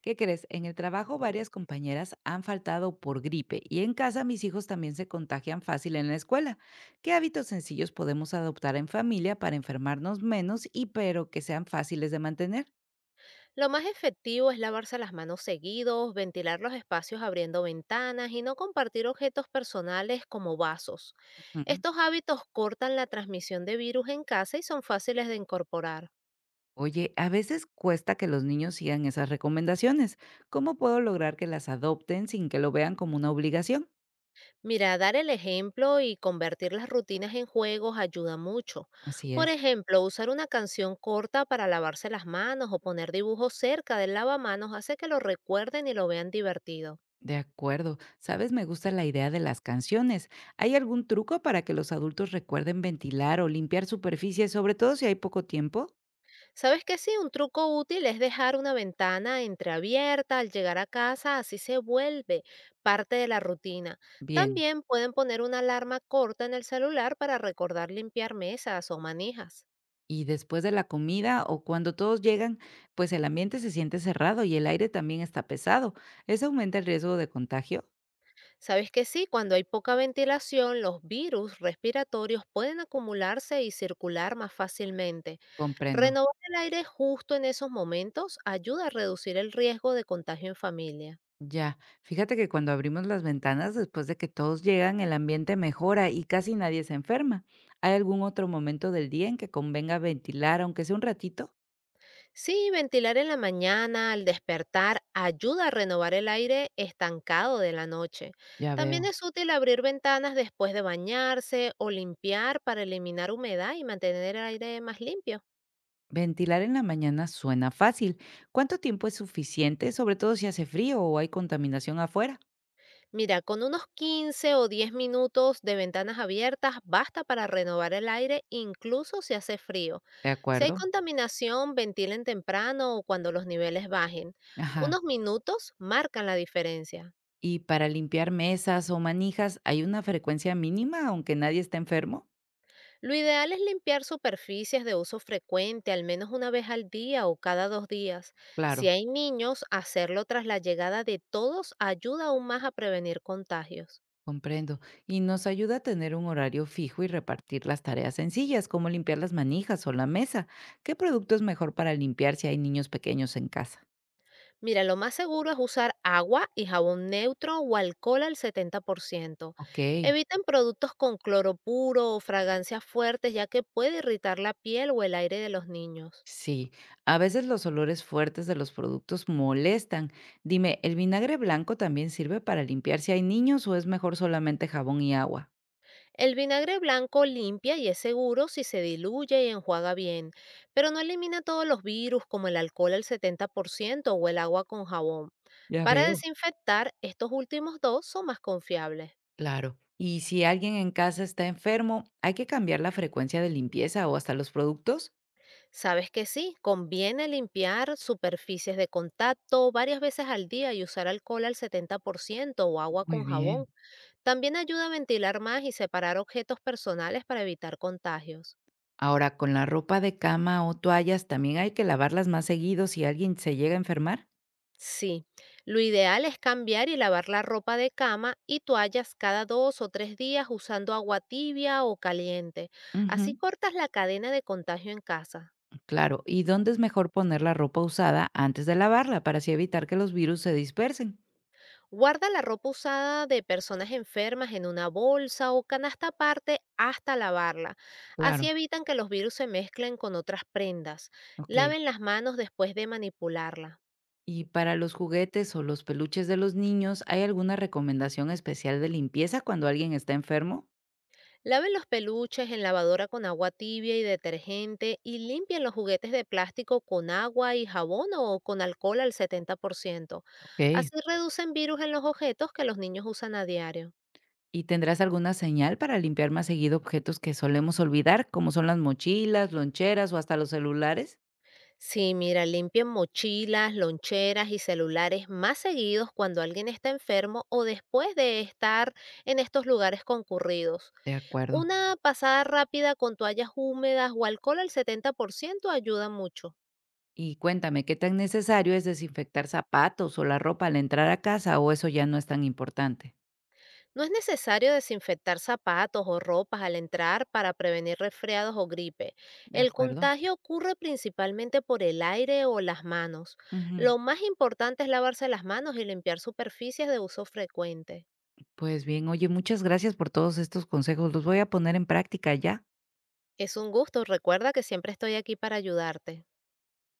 ¿Qué crees? En el trabajo varias compañeras han faltado por gripe y en casa mis hijos también se contagian fácil en la escuela. ¿Qué hábitos sencillos podemos adoptar en familia para enfermarnos menos pero que sean fáciles de mantener? Lo más efectivo es lavarse las manos seguidos, ventilar los espacios abriendo ventanas y no compartir objetos personales como vasos. Ujú. Estos hábitos cortan la transmisión de virus en casa y son fáciles de incorporar. Oye, a veces cuesta que los niños sigan esas recomendaciones. ¿Cómo puedo lograr que las adopten sin que lo vean como una obligación? Mira, dar el ejemplo y convertir las rutinas en juegos ayuda mucho. Así Por es. ejemplo, usar una canción corta para lavarse las manos o poner dibujos cerca del lavamanos hace que lo recuerden y lo vean divertido. De acuerdo. Sabes, me gusta la idea de las canciones. ¿Hay algún truco para que los adultos recuerden ventilar o limpiar superficies, sobre todo si hay poco tiempo? Sabes que sí, un truco útil es dejar una ventana entreabierta al llegar a casa, así se vuelve parte de la rutina. Bien. También pueden poner una alarma corta en el celular para recordar limpiar mesas o manijas. Y después de la comida o cuando todos llegan, pues el ambiente se siente cerrado y el aire también está pesado. ¿Eso aumenta el riesgo de contagio? Sabes que sí, cuando hay poca ventilación, los virus respiratorios pueden acumularse y circular más fácilmente. Comprendo. Renovar el aire justo en esos momentos ayuda a reducir el riesgo de contagio en familia. Ya. Fíjate que cuando abrimos las ventanas, después de que todos llegan, el ambiente mejora y casi nadie se enferma. ¿Hay algún otro momento del día en que convenga ventilar, aunque sea un ratito? Sí, ventilar en la mañana al despertar ayuda a renovar el aire estancado de la noche. Ya También veo. es útil abrir ventanas después de bañarse o limpiar para eliminar humedad y mantener el aire más limpio. Ventilar en la mañana suena fácil. ¿Cuánto tiempo es suficiente? Sobre todo si hace frío o hay contaminación afuera. Mira, con unos 15 o 10 minutos de ventanas abiertas basta para renovar el aire incluso si hace frío. ¿De Si hay acuerdo? contaminación, ventilen temprano o cuando los niveles bajen. Ajá. Unos minutos marcan la diferencia. ¿Y para limpiar mesas o manijas hay una frecuencia mínima aunque nadie esté enfermo? Lo ideal es limpiar superficies de uso frecuente al menos una vez al día o cada dos días. Si Claro, hay niños, hacerlo tras la llegada de todos ayuda aún más a prevenir contagios. comprendo. Y nos ayuda a tener un horario fijo y repartir las tareas sencillas, como limpiar las manijas o la mesa. ¿Qué producto es mejor para limpiar si hay niños pequeños en casa? Mira, lo más seguro es usar agua y jabón neutro o alcohol al 70%. Ok. Eviten productos con cloro puro o fragancias fuertes, ya que puede irritar la piel o el aire de los niños. Sí, a veces los olores fuertes de los productos molestan. Dime, ¿el vinagre blanco también sirve para limpiar si hay niños o es mejor solamente jabón y agua? El vinagre blanco limpia y es seguro si se diluye y enjuaga bien, pero no elimina todos los virus como el alcohol al 70% o el agua con jabón. Ya Para veo. desinfectar, estos últimos dos son más confiables. Claro. ¿Y si alguien en casa está enfermo, hay que cambiar la frecuencia de limpieza o hasta los productos? Sabes que sí, conviene limpiar superficies de contacto varias veces al día y usar alcohol al 70% o agua Muy con jabón. bien. También ayuda a ventilar más y separar objetos personales para evitar contagios. Ahora, con la ropa de cama o toallas, ¿también hay que lavarlas más seguido si alguien se llega a enfermar? Sí, lo ideal es cambiar y lavar la ropa de cama y toallas cada dos o tres días usando agua tibia o caliente. Ujú, Así cortas la cadena de contagio en casa. claro. ¿Y dónde es mejor poner la ropa usada antes de lavarla para así evitar que los virus se dispersen? Guarda la ropa usada de personas enfermas en una bolsa o canasta aparte hasta lavarla. Claro. Así evitan que los virus se mezclen con otras prendas. Ok. Laven las manos después de manipularla. Y para los juguetes o los peluches de los niños, ¿hay alguna recomendación especial de limpieza cuando alguien está enfermo? Laven los peluches en lavadora con agua tibia y detergente, y limpien los juguetes de plástico con agua y jabón o con alcohol al 70%. Ok. Así reducen virus en los objetos que los niños usan a diario. ¿Y tendrás alguna señal para limpiar más seguido objetos que solemos olvidar, como son las mochilas, loncheras o hasta los celulares? Sí, mira, limpien mochilas, loncheras y celulares más seguidos cuando alguien está enfermo o después de estar en estos lugares concurridos. De acuerdo. Una pasada rápida con toallas húmedas o alcohol al 70% ayuda mucho. Y cuéntame, ¿qué tan necesario es desinfectar zapatos o la ropa al entrar a casa o eso ya no es tan importante? No es necesario desinfectar zapatos o ropas al entrar para prevenir resfriados o gripe. De El acuerdo. contagio ocurre principalmente por el aire o las manos. Ujú. Lo más importante es lavarse las manos y limpiar superficies de uso frecuente. Pues bien, oye, muchas gracias por todos estos consejos. Los voy a poner en práctica ya. Es un gusto, recuerda que siempre estoy aquí para ayudarte.